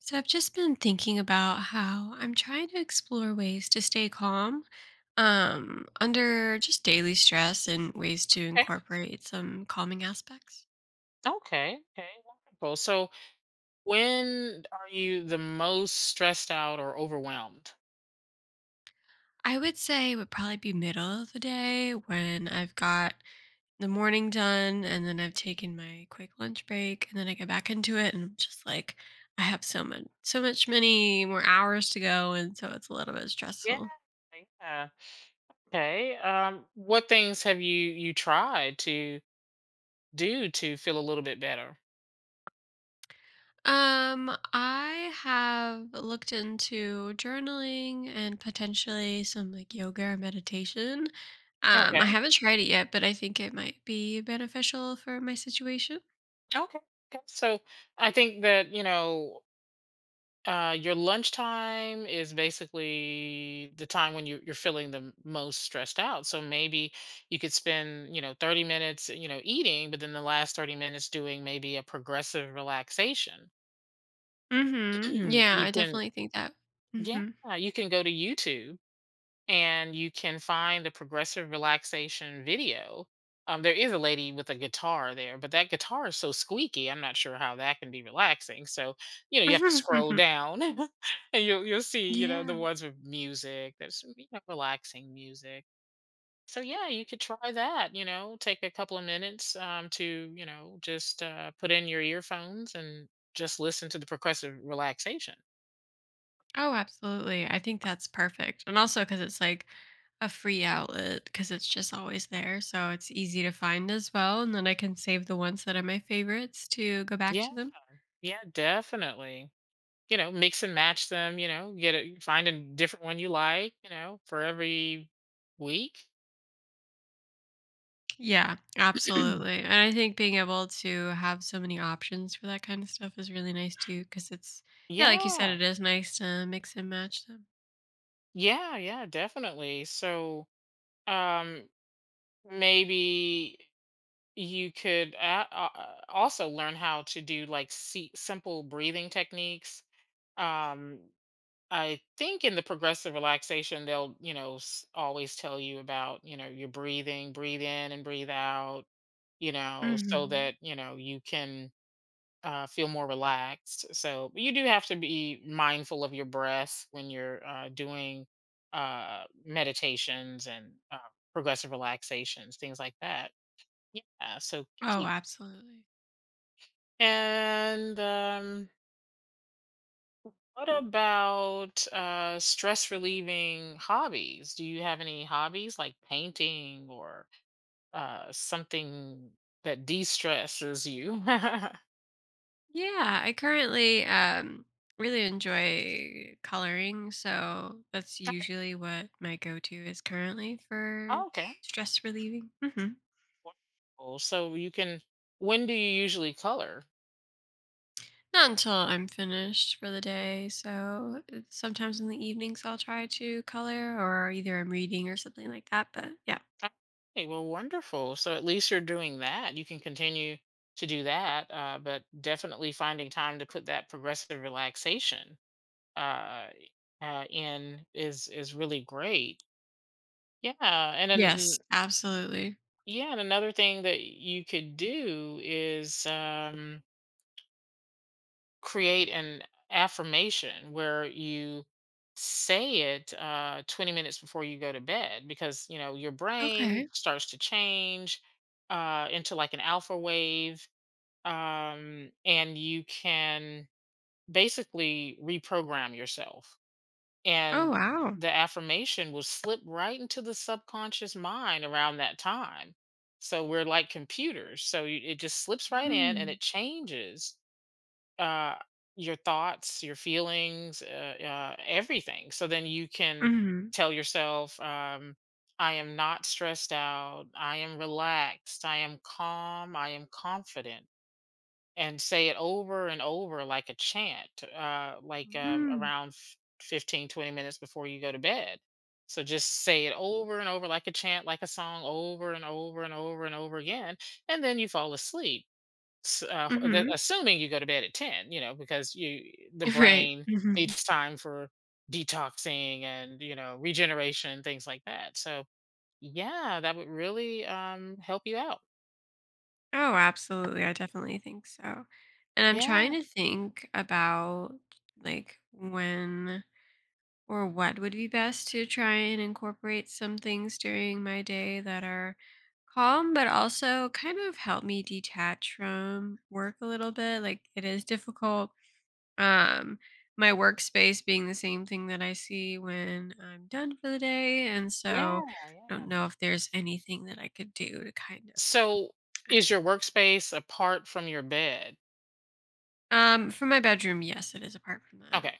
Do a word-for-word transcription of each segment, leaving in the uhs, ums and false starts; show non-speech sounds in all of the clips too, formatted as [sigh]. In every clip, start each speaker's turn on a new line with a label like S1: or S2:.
S1: So I've just been thinking about how I'm trying to explore ways to stay calm um, under just daily stress and ways to
S2: Okay.
S1: incorporate some calming aspects.
S2: Okay. Okay. Wonderful. So, when are you the most stressed out or overwhelmed?
S1: I would say it would probably be middle of the day when I've got the morning done and then I've taken my quick lunch break and then I get back into it and I'm just like I have so much so much many more hours to go and so it's a little bit
S2: Yeah.
S1: stressful.
S2: Yeah. Okay. Um, what things have you you tried to do to feel a little bit better?
S1: Um, I have looked into journaling and potentially some like yoga or meditation. Um, I
S2: Okay.
S1: haven't tried it yet, but I think it might be beneficial for my situation.
S2: Okay. Okay. So, I think that you know. Uh, your lunchtime is basically the time when you, you're feeling the most stressed out. So maybe you could spend, you know, thirty minutes, you know, eating, but then the last thirty minutes doing maybe a progressive relaxation. [clears throat]
S1: Mm-hmm. Yeah,
S2: You
S1: I
S2: can,
S1: definitely think that.
S2: yeah,
S1: Mm-hmm.
S2: you can go to YouTube and you can find the progressive relaxation video. Um, there is a lady with a guitar there, but that guitar is so squeaky. I'm not sure how that can be relaxing. So, you know, you have to scroll
S1: [laughs]
S2: down, [laughs] and you'll you'll see, you know, the
S1: Yeah.
S2: ones with music. There's some, you know, relaxing music. So yeah, you could try that. You know, take a couple of minutes um, to you know just uh, put in your earphones and just listen to the progressive relaxation.
S1: Oh, absolutely. I think that's perfect. And also because it's like a free outlet because it's just always there. So it's easy to find as well. And then I can save the ones that are my favorites to go back
S2: Yeah,
S1: to them.
S2: yeah, definitely. You know, mix and match them, you know, get a find a different one you like, you know, for every week.
S1: Yeah, absolutely.
S2: [clears throat]
S1: And I think being able to have so many options for that kind of stuff is really nice too, because it's, yeah, like you said,
S2: Yeah.
S1: it is nice to mix and match them.
S2: Yeah, yeah, definitely. So, um maybe you could a- uh, also learn how to do like se- simple breathing techniques. Um I think in the progressive relaxation they'll, you know, s- always tell you about, you know, your breathing, breathe in and breathe out, you know, so
S1: Hmm.
S2: that, you know, you can uh, feel more relaxed. So you do have to be mindful of your breath when you're uh, doing uh, meditations and uh, progressive relaxations, things like that. Yeah. So
S1: Oh,
S2: keep.
S1: absolutely.
S2: And um, what about uh, stress relieving hobbies? Do you have any hobbies like painting or uh, something that de stresses you?
S1: Yeah, I currently um, really enjoy coloring. So that's
S2: [laughs]
S1: usually what my go to is currently for
S2: Okay.
S1: stress relieving. Mhm.
S2: Wonderful. So you can, when do you usually color?
S1: Not until I'm finished for the day. So uh, sometimes in the evenings I'll try to color or either I'm reading or something like that. But yeah.
S2: Ah, okay, well, wonderful. So at least you're doing that. You can continue to do that, uh, but definitely finding time to put that progressive relaxation uh, uh, in is is really great. Yeah, and
S1: Yes,
S2: then
S1: absolutely.
S2: yeah, and another thing that you could do is. Um, create an affirmation where you say it uh, twenty minutes before you go to bed, because you know your brain
S1: Okay.
S2: starts to change uh, into like an alpha wave, um, and you can basically reprogram yourself,
S1: Oh,
S2: and
S1: wow.
S2: the affirmation will slip right into the subconscious mind around that time. So we're like computers, so you, it just slips right in and
S1: Mm.
S2: it changes uh, your thoughts, your feelings, uh, uh, everything. So then you can
S1: Hmm.
S2: tell yourself, um, I am not stressed out. I am relaxed. I am calm. I am confident. And say it over and over like a chant, uh, like uh,
S1: Mm.
S2: around f- fifteen, twenty minutes before you go to bed. So just say it over and over like a chant, like a song, over and over and over and over again. And then you fall asleep S uh, h the
S1: Hmm.
S2: assuming you go to bed at ten, you know, because you the
S1: [laughs] Right.
S2: brain
S1: Mhm.
S2: needs time for detoxing and, you know, regeneration, things like that. So, yeah, that would really, um, help you out.
S1: Oh, absolutely. I definitely think so. And I'm
S2: Yeah,
S1: trying to think about like when or what would be best to try and incorporate some things during my day that are calm but also kind of help me detach from work a little bit like it is difficult um my workspace being the same thing that I see when I'm done for the day and so
S2: yeah,
S1: I
S2: yeah.
S1: don't know if there's anything that I could do to kind of
S2: So, is your workspace apart from your bed?
S1: um from my bedroom, yes it is apart from that.
S2: Okay.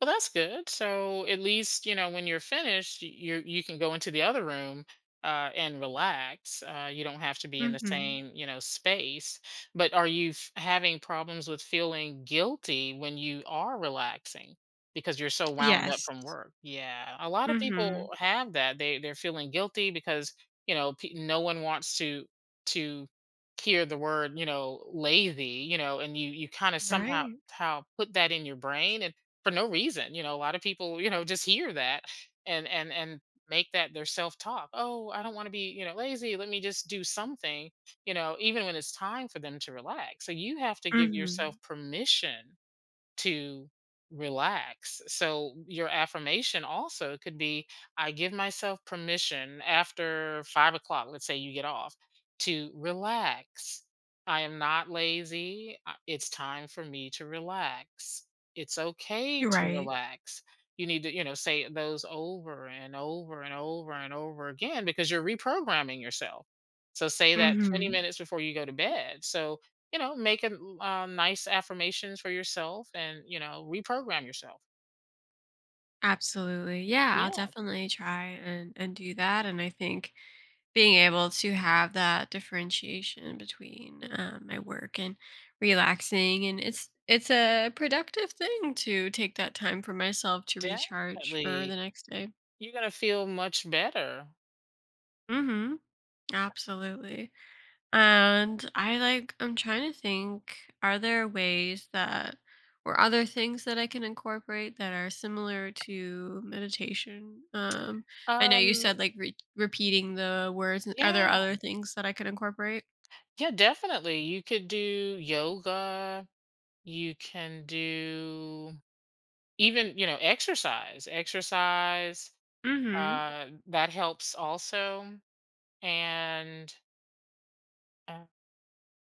S2: Well, that's good. So at least you know when you're finished, y- you you can go into the other room uh, and relax. Uh, you don't have to be in the
S1: Mhm.
S2: same you know space. But are you f- having problems with feeling guilty when you are relaxing because you're so wound up
S1: Yes.
S2: from work? Yeah, a lot of people
S1: Mhm.
S2: have that. They they're feeling guilty because you know pe- no one wants to to hear the word, you know, lazy, you know, and you you kind of somehow
S1: Right.
S2: how put that in your brain for no reason. You know, a lot of people, you know, just hear that and and and make that their self-talk. Oh, I don't want to be, you know, lazy. Let me just do something, you know, even when it's time for them to relax. So you have to give yourself
S1: Mhm.
S2: permission to relax. So your affirmation also could be, I give myself permission after five o'clock, let's say you get off, to relax. I am not lazy. I- It's time for me to relax. It's okay
S1: You're
S2: to
S1: right.
S2: relax. You need to, you know, say those over and over and over and over again because you're reprogramming yourself. So say that twenty
S1: Mhm.
S2: minutes before you go to bed. So you know, make a uh, nice affirmations for yourself and, you know, reprogram yourself.
S1: Absolutely. Yeah, I'll
S2: Yeah,
S1: definitely try and and do that and I think being able to have that differentiation between um, my work and relaxing and it's it's a productive thing to take that time for myself to recharge for
S2: definitely.
S1: the next day.
S2: You're going to feel much better.
S1: Mhm. Absolutely. And I like I'm trying to think, are there ways that or other things that I can incorporate that are similar to meditation? Um I know you
S2: Um,
S1: said like re- repeating the words. Are
S2: yeah,
S1: there other things that I can incorporate?
S2: yeah, definitely. You could do yoga. You can do even, you know, exercise. Exercise,
S1: Mhm.
S2: uh, that helps also. And uh,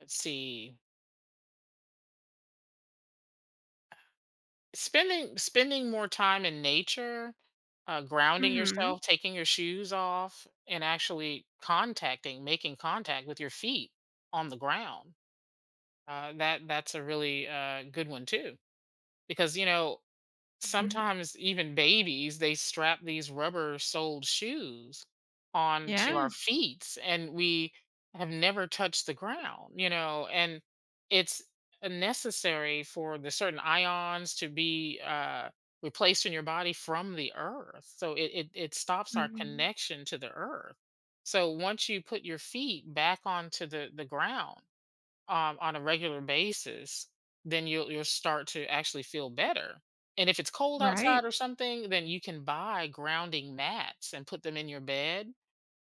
S2: let's see, Spending spending more time in nature, uh, grounding
S1: Mhm.
S2: yourself, taking your shoes off, and actually contacting making contact with your feet on the ground. Uh, that that's a really uh, good one too, because you know
S1: Mhm.
S2: sometimes even babies, they strap these rubber-soled shoes onto our
S1: Yeah.
S2: feet, and we have never touched the ground, you know, and it's uh, necessary for the certain ions to be uh, replaced in your body from the earth. So it, it it stops our
S1: Mhm.
S2: connection to the earth. So once you put your feet back onto the the ground, um, on a regular basis, then you'll you'll start to actually feel better. And if it's cold
S1: Right.
S2: outside or something, then you can buy grounding mats and put them in your bed,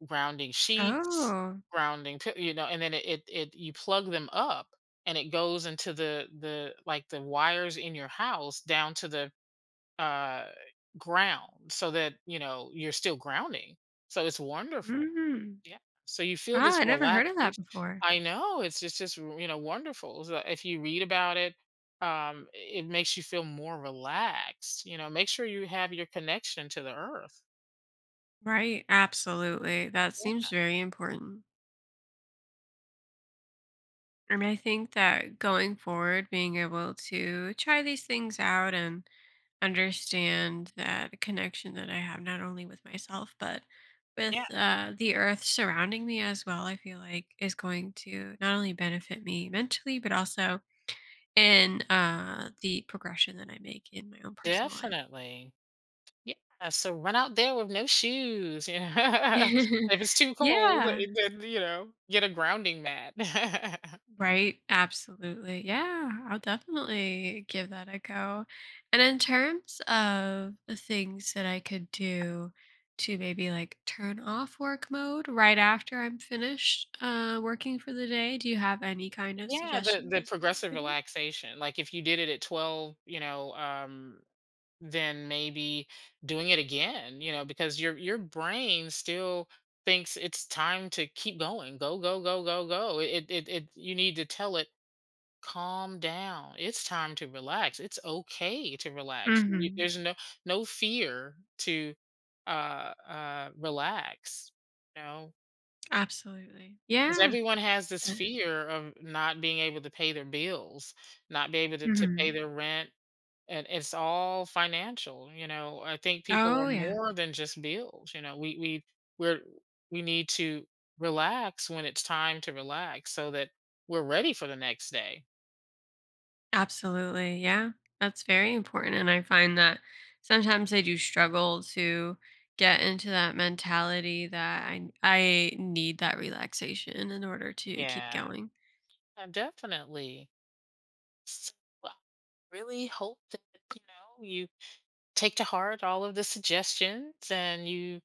S2: grounding sheets,
S1: Oh.
S2: grounding pi- you know, and then it it, it you plug them up and it goes into the the like the wires in your house down to the uh ground so that you know you're still grounding. So it's wonderful.
S1: Mhm.
S2: Yeah. So you feel
S1: Ah,
S2: this
S1: I never heard of that
S2: relaxation.
S1: before.
S2: I know it's just just you know wonderful. So if you read about it, um, it makes you feel more relaxed. You know, make sure you have your connection to the earth.
S1: Right. Absolutely. That seems
S2: Yeah,
S1: very important. I mean, I think that going forward, being able to try these things out and understand that connection that I have not only with myself, but
S2: yeah,
S1: with uh, the earth surrounding me as well, I feel like is going to not only benefit me mentally, but also in uh, the progression that I make in my own personal
S2: definitely. Yeah. So run out there with no shoes. You know, [laughs]
S1: life.
S2: if it's too
S1: [laughs]
S2: cold,
S1: Yeah.
S2: eh, then you know get a grounding mat. [laughs]
S1: Right. Absolutely. Yeah, I'll definitely give that a go. And in terms of the things that I could do to maybe like turn off work mode right after I'm finished uh, working for the day, do you have any kind of
S2: Yeah, the
S1: suggestions
S2: the
S1: as to what I
S2: progressive
S1: could do?
S2: relaxation. Like if you did it at twelve, you know, um, than maybe doing it again, you know, because your your brain still thinks it's time to keep going, go go go go go. it it, it You need to tell it, calm down, it's time to relax, it's okay to relax. You-
S1: Hmm.
S2: there's no no fear to uh uh relax, you know,
S1: Absolutely.
S2: because
S1: Yeah.
S2: everyone has this fear of not being able to pay their bills, not be able to, to pay
S1: Hmm.
S2: their rent, and it's all financial. You know, I think people are
S1: Oh, yeah.
S2: more than just bills. You know, we we we're, we need to relax when it's time to relax so that we're ready for the next day.
S1: Absolutely. Yeah. That's very important. And I find that sometimes I do struggle to get into that mentality that I I need that relaxation in order to keep
S2: Yeah,
S1: going.
S2: uh, definitely. So I really hope that you know you take to heart all of the suggestions and you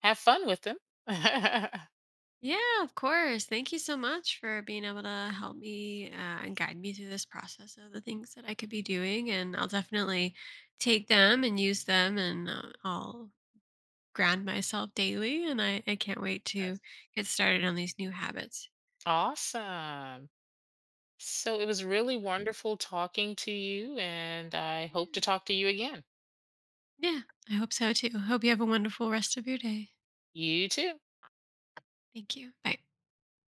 S2: have fun with them. [laughs]
S1: Yeah, of course. Thank you so much for being able to help me uh, and guide me through this process of the things that I could be doing. And I'll definitely take them and use them and uh, I'll ground myself daily. And I, I can't wait
S2: Yes.
S1: to get started on these new habits.
S2: Awesome. So it was really wonderful talking to you and I hope to
S1: Yeah.
S2: talk to you again.
S1: Yeah, I hope so too. Hope you have a wonderful rest of your day.
S2: You too.
S1: Thank you. Bye.